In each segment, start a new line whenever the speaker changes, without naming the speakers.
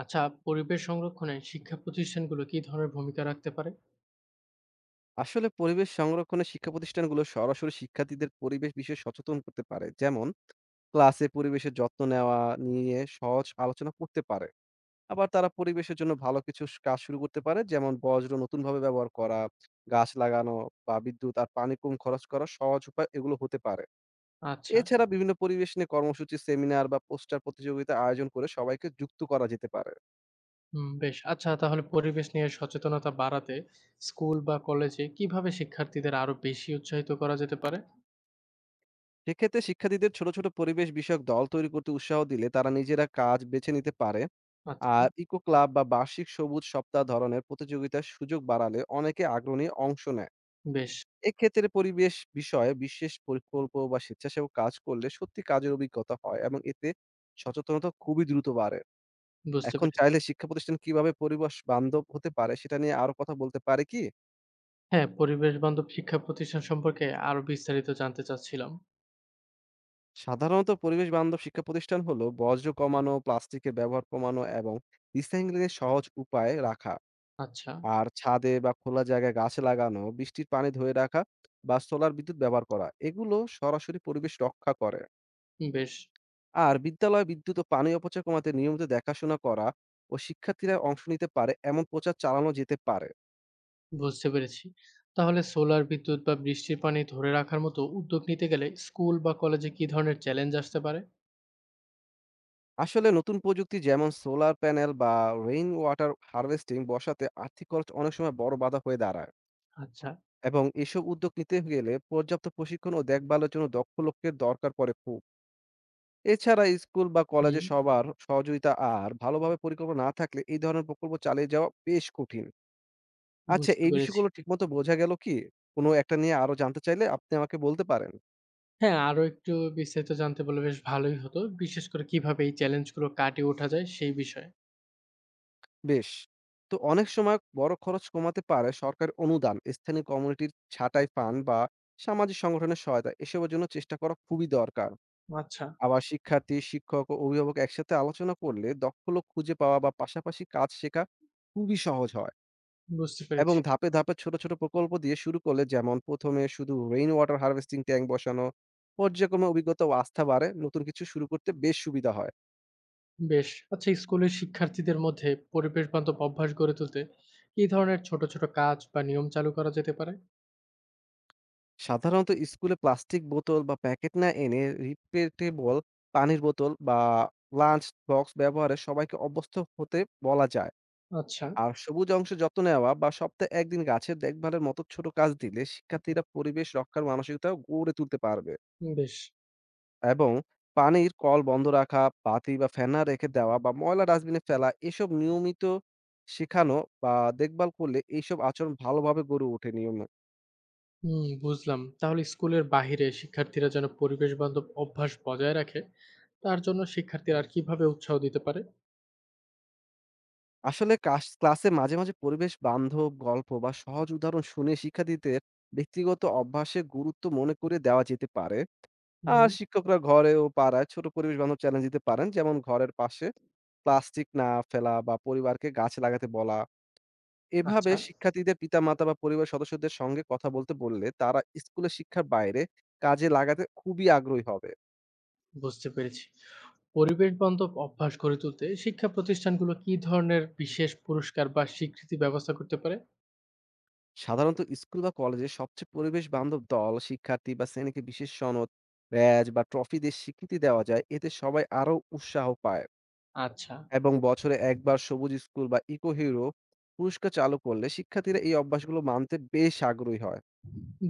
আচ্ছা, পরিবেশ সংরক্ষণে শিক্ষা প্রতিষ্ঠানগুলো কি ধরনের ভূমিকা রাখতে পারে?
আসলে পরিবেশ সংরক্ষণে শিক্ষা প্রতিষ্ঠানগুলো সরাসরি শিক্ষার্থীদের পরিবেশ বিষয়ে সচেতন করতে পারে, যেমন ক্লাসে পরিবেশের যত্ন নেওয়া নিয়ে সহজ আলোচনা করতে পারে। আবার তারা পরিবেশের জন্য ভালো কিছু কাজ শুরু করতে পারে, যেমন বজ্র নতুনভাবে ব্যবহার করা, গাছ লাগানো বা বিদ্যুৎ আর পানি কম খরচ করা সহজ উপায় এগুলো হতে পারে।
আচ্ছা,
এছাড়া বিভিন্ন পরিবেশ নিয়ে কর্মসূচি, সেমিনার বা পোস্টার প্রতিযোগিতা আয়োজন করে সবাইকে যুক্ত করা যেতে পারে।
হুম, বেশ। আচ্ছা, তাহলে পরিবেশ নিয়ে সচেতনতা বাড়াতে স্কুল বা কলেজে কিভাবে শিক্ষার্থীদের আরো বেশি উৎসাহিত করা যেতে পারে?
সেক্ষেত্রে শিক্ষার্থীদের ছোট ছোট পরিবেশ বিষয়ক দল তৈরি করতে উৎসাহ দিলে তারা নিজেরা কাজ বেছে নিতে পারে।
আচ্ছা,
আর ইকো ক্লাব বা বার্ষিক সবুজ সপ্তাহ ধরনের প্রতিযোগিতার সুযোগ বাড়ালে অনেকে আগ্রহী অংশ নেয়।
বেশ,
এক্ষেত্রে পরিবেশ বিষয়ে বিশেষ প্রকল্প বা স্বেচ্ছাসেবক কাজ করলে সত্যি কাজের অভিজ্ঞতা হয়, এবং এতে সচেতনতা খুবই দ্রুত বাড়ে।
বুঝতে
এখন
পেরেছি।
চাইলে শিক্ষা প্রতিষ্ঠান কিভাবে পরিবেশ বান্ধব হতে পারে সেটা নিয়ে আরো কথা বলতে পারে কি?
হ্যাঁ, পরিবেশ বান্ধব শিক্ষা প্রতিষ্ঠান সম্পর্কে আরো বিস্তারিত জানতে চাচ্ছিলাম।
সাধারণত পরিবেশ বান্ধব শিক্ষা প্রতিষ্ঠান হলো বর্জ্য কমানো, প্লাস্টিকের ব্যবহার কমানো এবং রিসাইক্লিং এর সহজ উপায় রাখা।
আচ্ছা,
আর ছাদে বা খোলা জায়গায় গাছ লাগানো, বৃষ্টির পানি ধরে রাখা বা সোলার বিদ্যুৎ ব্যবহার করা, এগুলো সরাসরি পরিবেশ রক্ষা করে।
বেশ,
আর বিদ্যালয়ে বিদ্যুৎ ও পানি অপচয় কমাতে নিয়মিত দেখাশোনা করা ও শিক্ষার্থীরা অংশ নিতে পারে এমন প্রচার চালানো যেতে পারে।
বুঝতে পেরেছি। তাহলে সোলার বিদ্যুৎ বা বৃষ্টির পানি ধরে রাখার মতো উদ্যোগ নিতে গেলে স্কুল বা কলেজে কি ধরনের চ্যালেঞ্জ আসতে পারে?
আসলে নতুন প্রযুক্তি যেমন সোলার প্যানেল বা রেইন ওয়াটার হারভেস্টিং বসাতে আর্থিক খরচ অনেক সময় বড় বাধা হয়ে দাঁড়ায়,
আচ্ছা,
এবং এসব উদ্যোগ নিতে গেলে পর্যাপ্ত প্রশিক্ষণ ও দেখভালের জন্য দক্ষ লোকের দরকার পড়ে খুব। এছাড়া স্কুল বা কলেজে
হুম,
সবার সহযোগিতা আর ভালোভাবে পরিকল্পনা না থাকলে এই ধরনের প্রকল্প চালিয়ে যাওয়া বেশ কঠিন। আচ্ছা,
বুঝতে
এই
পেরেছি।
বিষয়গুলো ঠিকমতো বোঝা গেল কি? কোনো একটা নিয়ে আরো জানতে চাইলে আপনি আমাকে বলতে পারেন।
হ্যাঁ, আরো একটু বিস্তারিত জানতে পারলে বেশ ভালোই হতো। বিশেষ করে কিভাবে এই চ্যালেঞ্জগুলো কাটিয়ে ওঠা যায় সেই বিষয়ে।
বেশ। তো অনেক সময় বড় খরচ কমাতে পারে সরকারি অনুদান, স্থানীয় কমিউনিটির ছাঁটাই ফান্ড বা সামাজিক সংগঠনের সহায়তা। এসবের জন্য চেষ্টা করা খুবই দরকার।
আচ্ছা।
আবার শিক্ষার্থী, শিক্ষক ও অভিভাবক একসাথে আলোচনা করলে দক্ষ লোক খুঁজে পাওয়া বা পাশাপাশি কাজ শেখা খুবই সহজ হয়।
বুঝতে
এবং
পেরেছি।
ধাপে, ধাপে ছোট, ছোট প্রকল্প দিয়ে শুরু করলে, যেমন ১ম এ শুধু রেইন ওয়াটার হারভেস্টিং ট্যাংক বসানো, পর্যায়ক্রমে অভিজ্ঞতা ও আস্থা বাড়ে, নতুন কিছু শুরু করতে বেশ সুবিধা হয়।
বেশ। আচ্ছা স্কুলের শিক্ষার্থীদের মধ্যে পরিবেশ বান্ধব অভ্যাস গড়ে তুলতে কি ধরনের ছোট, ছোট কাজ বা নিয়ম চালু করা যেতে পারে?
সাধারণত স্কুলে প্লাস্টিক বোতল বা প্যাকেট না এনে রিপ্লেটেবল পানির বোতল বা লাঞ্চ বক্স ব্যবহারে সবাইকে অভ্যস্ত হতে বলা যায়।
আচ্ছা,
আর সবুজ অংশে যত্ন নেওয়া বা সপ্তাহে ১ দিন গাছের দেখভালের মতো ছোট কাজ দিলে শিক্ষার্থীরা পরিবেশ রক্ষার মানসিকতাও গড়ে তুলতে পারবে।
বেশ।
এবং পানির কল বন্ধ রাখা, বাতি বা ফ্যান না রেখে দেওয়া বা ময়লা ডাস্টবিনে ফেলা, এসব নিয়মিত শেখানো বা দেখভাল করলে এইসব আচরণ ভালোভাবে গড়ে ওঠে নিয়মে।
হুম, বুঝলাম। তাহলে স্কুলের বাহিরে শিক্ষার্থীরা যেন পরিবেশ বান্ধব অভ্যাস বজায় রাখে, তার জন্য শিক্ষার্থীরা আর কিভাবে উৎসাহ দিতে পারে?
আসলে ক্লাসে মাঝে, মাঝে পরিবেশ বান্ধব গল্প বা সহজ উদাহরণ শুনে শিক্ষার্থীদের ব্যক্তিগত অভ্যাসের গুরুত্ব মনে করিয়ে দেওয়া যেতে পারে। আর
হুম,
শিক্ষকরা ঘরে ও পাড়ায় ছোট পরিবেশ বান্ধব চ্যালেঞ্জ দিতে পারেন, যেমন ঘরের পাশে প্লাস্টিক না ফেলা বা পরিবারকে গাছ লাগাতে বলা। এভাবে
আচ্ছা।
শিক্ষার্থীদের পিতামাতা বা পরিবারের সদস্যদের সঙ্গে কথা বলতে বললে তারা স্কুলের শিক্ষার বাইরে কাজে লাগাতে খুবই আগ্রহী হবে।
বুঝতে পেরেছি। পরিবেশ বান্ধব অভ্যাস গড়ে তুলতে শিক্ষা প্রতিষ্ঠানগুলো কি ধরনের বিশেষ পুরস্কার বা স্বীকৃতি ব্যবস্থা করতে পারে?
সাধারণত স্কুল বা কলেজে সবচেয়ে পরিবেশ বান্ধব দল, শিক্ষার্থী বা শ্রেণীকে বিশেষ সনদ, ব্যাজ বা ট্রফি দিয়ে স্বীকৃতি দেওয়া যায়। এতে সবাই আরো উৎসাহ পায়,
আচ্ছা,
এবং বছরে একবার সবুজ স্কুল বা ইকো হিরো পুরস্কার চালু করলে শিক্ষার্থীরা এই অভ্যাসগুলো মানতে বেশ আগ্রহী হয়।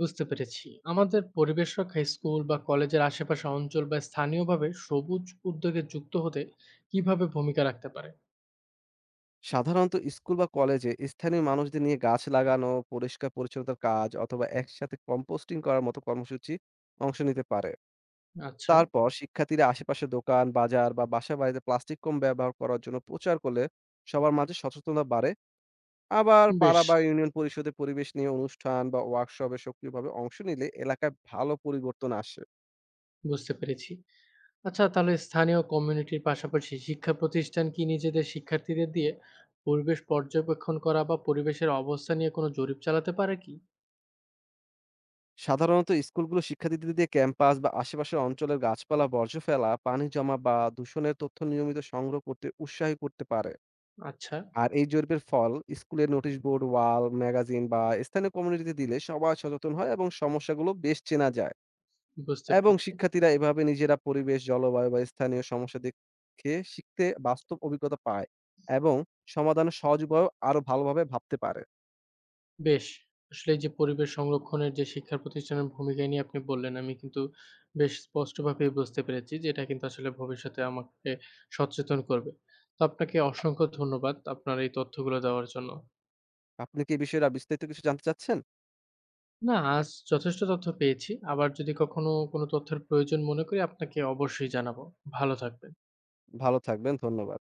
বুঝতে পেরেছি। আমাদের পরিবেশ রক্ষায় স্কুল বা কলেজের আশেপাশে অঞ্চল বা স্থানীয়ভাবে সবুজ উদ্যোগে যুক্ত হতে কিভাবে ভূমিকা রাখতে পারে?
সাধারণত স্কুল বা কলেজে স্থানীয় মানুষদের নিয়ে গাছ লাগানো, পরিষ্কার পরিচ্ছন্নতার কাজ অথবা একসাথে কম্পোস্টিং করার মতো কর্মসূচি অংশ নিতে পারে।
আচ্ছা,
তারপর শিক্ষার্থীরা আশেপাশে দোকান, বাজার বা বাসা-বাড়িতে প্লাস্টিক কম ব্যবহার করার জন্য প্রচার করলে সবার মাঝে সচেতনতা বাড়ে। আবার
বেশ
পাড়া বা ইউনিয়ন পরিষদে পরিবেশ নিয়ে অনুষ্ঠান বা ওয়ার্কশপে সক্রিয়ভাবে অংশ নিলে এলাকায় ভালো পরিবর্তন আসে।
বুঝতে পেরেছি। আচ্ছা, তাহলে স্থানীয় কমিউনিটির পাশাপাশি শিক্ষা প্রতিষ্ঠান কি নিজেদের শিক্ষার্থীদের দিয়ে পরিবেশ পর্যবেক্ষণ করা বা পরিবেশের অবস্থা নিয়ে কোনো জরিপ চালাতে পারে কি?
সাধারণত স্কুলগুলো শিক্ষার্থীদের ক্যাম্পাস বা আশেপাশের অঞ্চলের গাছপালা, বর্জ্য ফেলা, পানি জমা বা দূষণের তথ্য নিয়মিত সংগ্রহ করতে উৎসাহী করতে পারে।
আচ্ছা।
আর এই জরিপের ফল স্কুলের নোটিশ বোর্ড, ওয়াল ম্যাগাজিন বা স্থানীয় কমিউনিটিতে দিলে সবাই সচেতন হয় এবং সমস্যাগুলো বেশ চেনা যায়।
বুঝতে
এবং
পেরেছি।
শিক্ষার্থীরা এভাবে নিজেরা পরিবেশ, জলবায়ু বা স্থানীয় সমস্যা দেখে শিখতে বাস্তব অভিজ্ঞতা পায় এবং সমাধানের সহজ উপায়ও আরো ভালোভাবে ভাবতে পারে।
বেশ! আসলে এই যে পরিবেশ সংরক্ষণের যে শিক্ষা প্রতিষ্ঠানের ভূমিকা নিয়ে আপনি বললেন, আমি কিন্তু বেশ স্পষ্টভাবেই বুঝতে পেরেছি যে এটা কিন্তু আসলে ভবিষ্যতে আমাকে সচেতন করবে। তো আপনাকে অসংখ্য ধন্যবাদ আপনার এই তথ্যগুলো দেওয়ার জন্য।
আপনি কি এই বিষয়ে আর বিস্তারিত কিছু জানতে চাচ্ছেন?
না, আজ যথেষ্ট তথ্য পেয়েছি। আবার যদি কখনো কোনো তথ্যের প্রয়োজন মনে করি আপনাকে অবশ্যই জানাবো। ভালো থাকবেন।
ভালো থাকবেন, ধন্যবাদ।